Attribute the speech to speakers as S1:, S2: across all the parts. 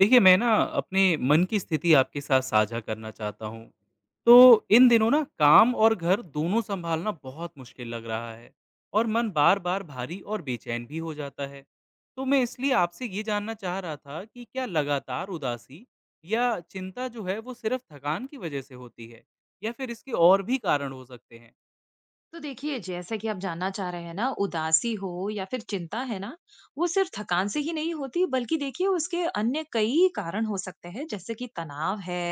S1: देखिए, मैं ना अपने मन की स्थिति आपके साथ साझा करना चाहता हूँ। तो इन दिनों ना काम और घर दोनों सँभालना बहुत मुश्किल लग रहा है, और मन बार-बार भारी और बेचैन भी हो जाता है। तो मैं इसलिए आपसे ये जानना चाह रहा था कि क्या लगातार उदासी या चिंता जो है वो सिर्फ़ थकान की वज़ह से होती है, या फिर इसके और भी कारण हो सकते हैं?
S2: तो देखिए, जैसा कि आप जानना चाह रहे हैं ना, उदासी हो या फिर चिंता है ना, वो सिर्फ थकान से ही नहीं होती, बल्कि देखिए उसके अन्य कई कारण हो सकते हैं। जैसे कि तनाव है,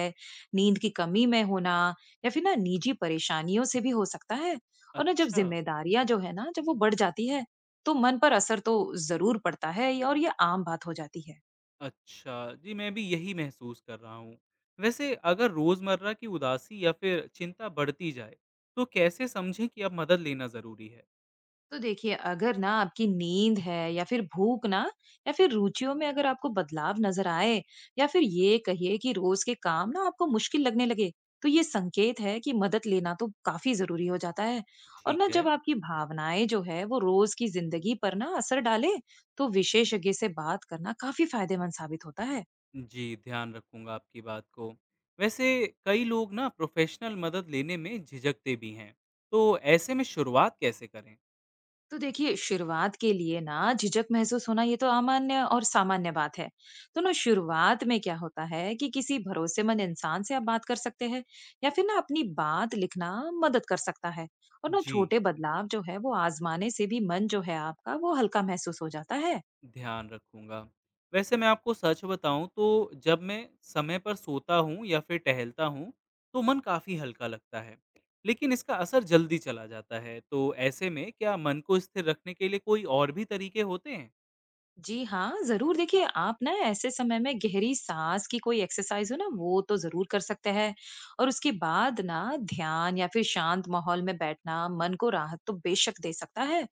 S2: नींद की कमी में होना, या फिर ना निजी परेशानियों से भी हो सकता है। और ना जब
S1: अच्छा।
S2: जिम्मेदारियां जो है ना, जब वो बढ़ जाती है, तो मन पर असर तो जरूर पड़ता है और ये आम बात हो जाती है।
S1: अच्छा, जी मैं भी यही महसूस कर रहा हूँ। वैसे अगर रोज़मर्रा की उदासी या फिर चिंता बढ़ती जाए, तो कैसे समझें कि अब मदद लेना ज़रूरी है?
S2: तो देखिए, अगर ना आपकी नींद है या फिर भूख ना, या फिर रुचियों में अगर आपको बदलाव नज़र आए, या फिर ये कहिए कि रोज़ के काम ना आपको मुश्किल लगने लगे, तो ये संकेत है कि मदद लेना तो काफ़ी ज़रूरी हो जाता है। और
S1: ठीक
S2: ना
S1: है,
S2: जब आपकी भावनाएँ जो है वो रोज़ की ज़िंदगी पर ना असर डाले, तो विशेषज्ञ से बात करना काफ़ी फ़ायदेमंद साबित होता है।
S1: जी ध्यान रखूँगा आपकी बात को। वैसे कई लोग ना प्रोफ़ेशनल मदद लेने में झिझकते भी हैं, तो ऐसे में शुरुआत कैसे करें?
S2: तो देखिए, शुरुआत के लिए ना झिझक महसूस होना, ये तो सामान्य और सामान्य बात है। तो ना शुरुआत में क्या होता है कि किसी भरोसेमंद इंसान से आप बात कर सकते हैं, या फिर ना अपनी बात लिखना मदद कर सकता है। और ना
S1: जी।
S2: छोटे बदलाव जो है वो आजमाने से भी मन जो है आपका वो हल्का महसूस हो जाता है।
S1: ध्यान रखूँगा। वैसे मैं आपको सच बताऊँ तो जब मैं समय पर सोता हूँ या फिर टहलता हूँ, तो मन काफ़ी हल्का लगता है, लेकिन इसका असर जल्दी चला जाता है। तो ऐसे में क्या मन को स्थिर रखने के लिए कोई और भी तरीके होते हैं?
S2: जी हाँ, ज़रूर। देखिए, आप ना ऐसे समय में गहरी साँस की कोई एक्सरसाइज़ हो ना, वो तो ज़रूर कर सकते हैं। और उसके बाद ना ध्यान या फिर शांत माहौल में बैठना मन को राहत तो बेशक दे सकता है।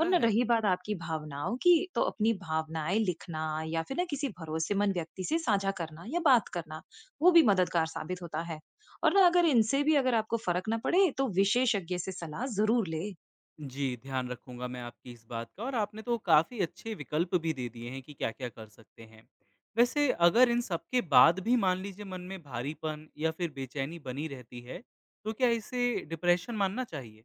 S2: और ना
S1: है?
S2: रही बात आपकी भावनाओं की, तो अपनी भावनाएं लिखना, या फिर ना किसी भरोसेमंद व्यक्ति से साझा करना या बात करना, वो भी मददगार साबित होता है। और ना अगर इनसे भी अगर आपको फर्क ना पड़े, तो विशेषज्ञ से सलाह ज़रूर ले।
S1: जी, ध्यान रखूँगा मैं आपकी इस बात का। और आपने तो काफ़ी अच्छे विकल्प भी दे दिए हैं कि क्या-क्या कर सकते हैं। वैसे अगर इन सब के बाद भी मान लीजिए मन में भारीपन या फिर बेचैनी बनी रहती है, तो क्या इसे डिप्रेशन मानना चाहिए?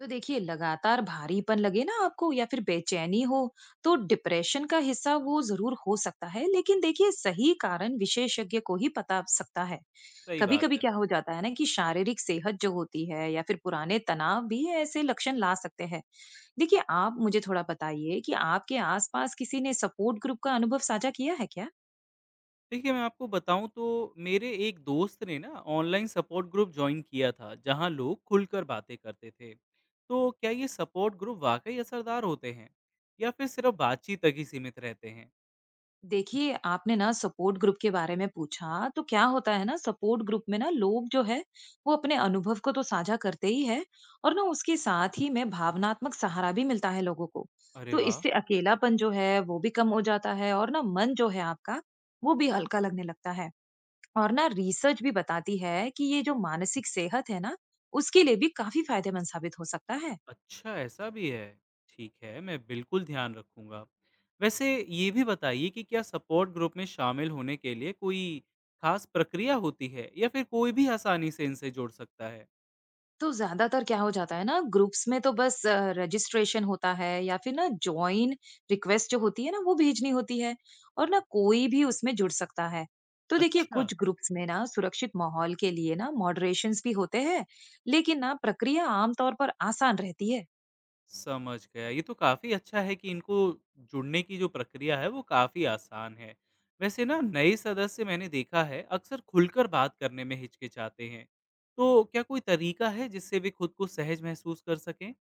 S2: तो देखिए, लगातार भारीपन लगे ना आपको, या फिर बेचैनी हो, तो डिप्रेशन का हिस्सा वो जरूर हो सकता है, लेकिन देखिए सही कारण विशेषज्ञ को ही पता सकता है।
S1: सही
S2: कभी
S1: बात
S2: कभी
S1: है।
S2: क्या हो जाता है ना कि शारीरिक सेहत जो होती है, या फिर पुराने तनाव भी ऐसे लक्षण ला सकते हैं। देखिए, आप मुझे थोड़ा बताइए कि आपके आसपास किसी ने सपोर्ट ग्रुप का अनुभव साझा किया है क्या?
S1: देखिए, मैं आपको बताऊँ तो मेरे एक दोस्त ने ना ऑनलाइन सपोर्ट ग्रुप जॉइन किया था, जहाँ लोग खुलकर बातें करते थे। तो क्या ये सपोर्ट ग्रुप वाक़ई असरदार होते हैं, या फिर सिर्फ़ बातचीत तक ही सीमित रहते हैं?
S2: देखिए, आपने ना सपोर्ट ग्रुप के बारे में पूछा, तो क्या होता है ना, सपोर्ट ग्रुप में ना लोग जो है वो अपने अनुभव को तो साझा करते ही है, और ना उसके साथ ही में भावनात्मक सहारा भी मिलता है लोगों को।
S1: अरे
S2: तो
S1: वाह!
S2: इससे अकेलापन जो है वो भी कम हो जाता है, और ना मन जो है आपका वो भी हल्का लगने लगता है। और ना रिसर्च भी बताती है कि ये जो मानसिक सेहत है ना, उसके लिए भी काफी फायदेमंद साबित हो सकता है।
S1: अच्छा, ऐसा भी है। ठीक है, मैं बिल्कुल ध्यान रखूँगा। वैसे ये भी बताइए कि क्या सपोर्ट ग्रुप में शामिल होने के लिए कोई ख़ास प्रक्रिया होती है, या फिर कोई भी आसानी से इनसे जुड़ सकता है?
S2: तो ज़्यादातर क्या हो जाता है ना, ग्रुप्स में तो बस रजिस्ट्रेशन होता है, या फिर ना जॉइन रिक्वेस्ट जो होती है ना वो भेजनी होती है, और ना कोई भी उसमें जुड़ सकता है। तो देखिए,
S1: अच्छा।
S2: कुछ ग्रुप्स में ना सुरक्षित माहौल के लिए ना मॉडरेशंस भी होते हैं, लेकिन ना प्रक्रिया आमतौर पर आसान रहती है।
S1: समझ गया। ये तो काफ़ी अच्छा है कि इनको जुड़ने की जो प्रक्रिया है वो काफ़ी आसान है। वैसे ना नए सदस्य मैंने देखा है अक्सर खुलकर बात करने में हिचकिचाते हैं। तो क्या कोई तरीका है जिससे वे खुद को सहज महसूस कर सकें?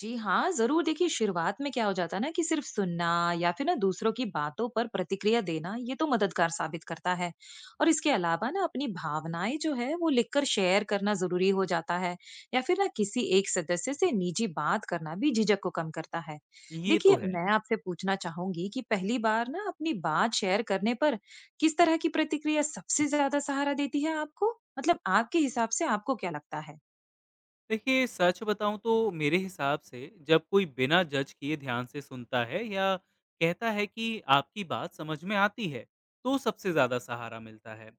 S2: जी हाँ, ज़रूर। देखिए, शुरुआत में क्या हो जाता है ना कि सिर्फ सुनना, या फिर ना दूसरों की बातों पर प्रतिक्रिया देना, ये तो मददगार साबित करता है। और इसके अलावा ना अपनी भावनाएं जो है वो लिखकर शेयर करना ज़रूरी हो जाता है, या फिर ना किसी एक सदस्य से निजी बात करना भी झिझक को कम करता है।
S1: ये तो
S2: देखिए,
S1: है।
S2: मैं आपसे पूछना चाहूंगी कि पहली बार ना अपनी बात शेयर करने पर किस तरह की प्रतिक्रिया सबसे ज्यादा सहारा देती है आपको? मतलब आपके हिसाब से आपको क्या लगता है?
S1: देखिए, सच बताऊं तो मेरे हिसाब से जब कोई बिना जज किए ध्यान से सुनता है, या कहता है कि आपकी बात समझ में आती है, तो सबसे ज्यादा सहारा मिलता है।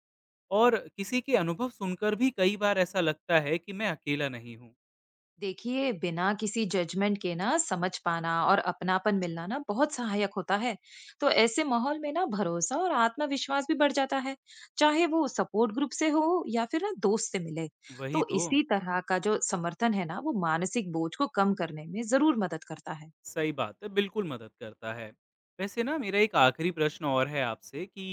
S1: और किसी के अनुभव सुनकर भी कई बार ऐसा लगता है कि मैं अकेला नहीं हूँ।
S2: देखिए, बिना किसी जजमेंट के ना समझ पाना और अपनापन मिलना ना बहुत सहायक होता है। तो ऐसे माहौल में ना भरोसा और आत्मविश्वास भी बढ़ जाता है, चाहे वो सपोर्ट ग्रुप से हो या फिर ना दोस्त से मिले।
S1: वही
S2: तो
S1: तो।
S2: इसी तरह का जो समर्थन है ना वो मानसिक बोझ को कम करने में जरूर मदद करता है।
S1: सही बात है, बिल्कुल मदद करता है। वैसे ना मेरा एक आखिरी प्रश्न और है आपसे कि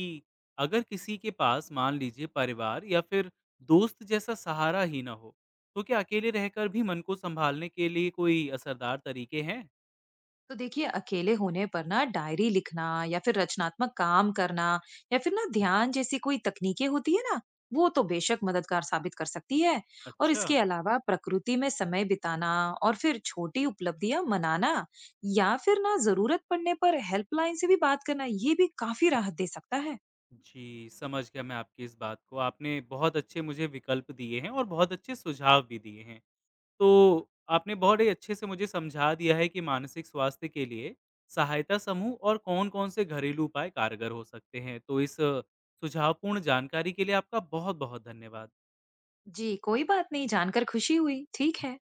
S1: अगर किसी के पास मान लीजिए परिवार या फिर दोस्त जैसा सहारा ही ना हो, तो क्या अकेले रहकर भी मन को सँभालने के लिए कोई असरदार तरीके हैं?
S2: तो देखिए, अकेले होने पर ना डायरी लिखना, या फिर रचनात्मक काम करना, या फिर ना ध्यान जैसी कोई तकनीकें होती है ना, वो तो बेशक मददगार साबित कर सकती है। और
S1: अच्छा।
S2: इसके अलावा प्रकृति में समय बिताना, और फिर छोटी उपलब्धियां मनाना, या फिर ना जरूरत पड़ने पर हेल्पलाइन से भी बात करना, ये भी काफी राहत दे सकता है।
S1: जी, समझ गया मैं आपकी इस बात को। आपने बहुत अच्छे मुझे विकल्प दिए हैं और बहुत अच्छे सुझाव भी दिए हैं। तो आपने बहुत ही अच्छे से मुझे समझा दिया है कि मानसिक स्वास्थ्य के लिए सहायता समूह और कौन-कौन से घरेलू उपाय कारगर हो सकते हैं। तो इस सुझावपूर्ण जानकारी के लिए आपका बहुत-बहुत धन्यवाद।
S2: जी, कोई बात नहीं। जानकर खुशी हुई। ठीक है।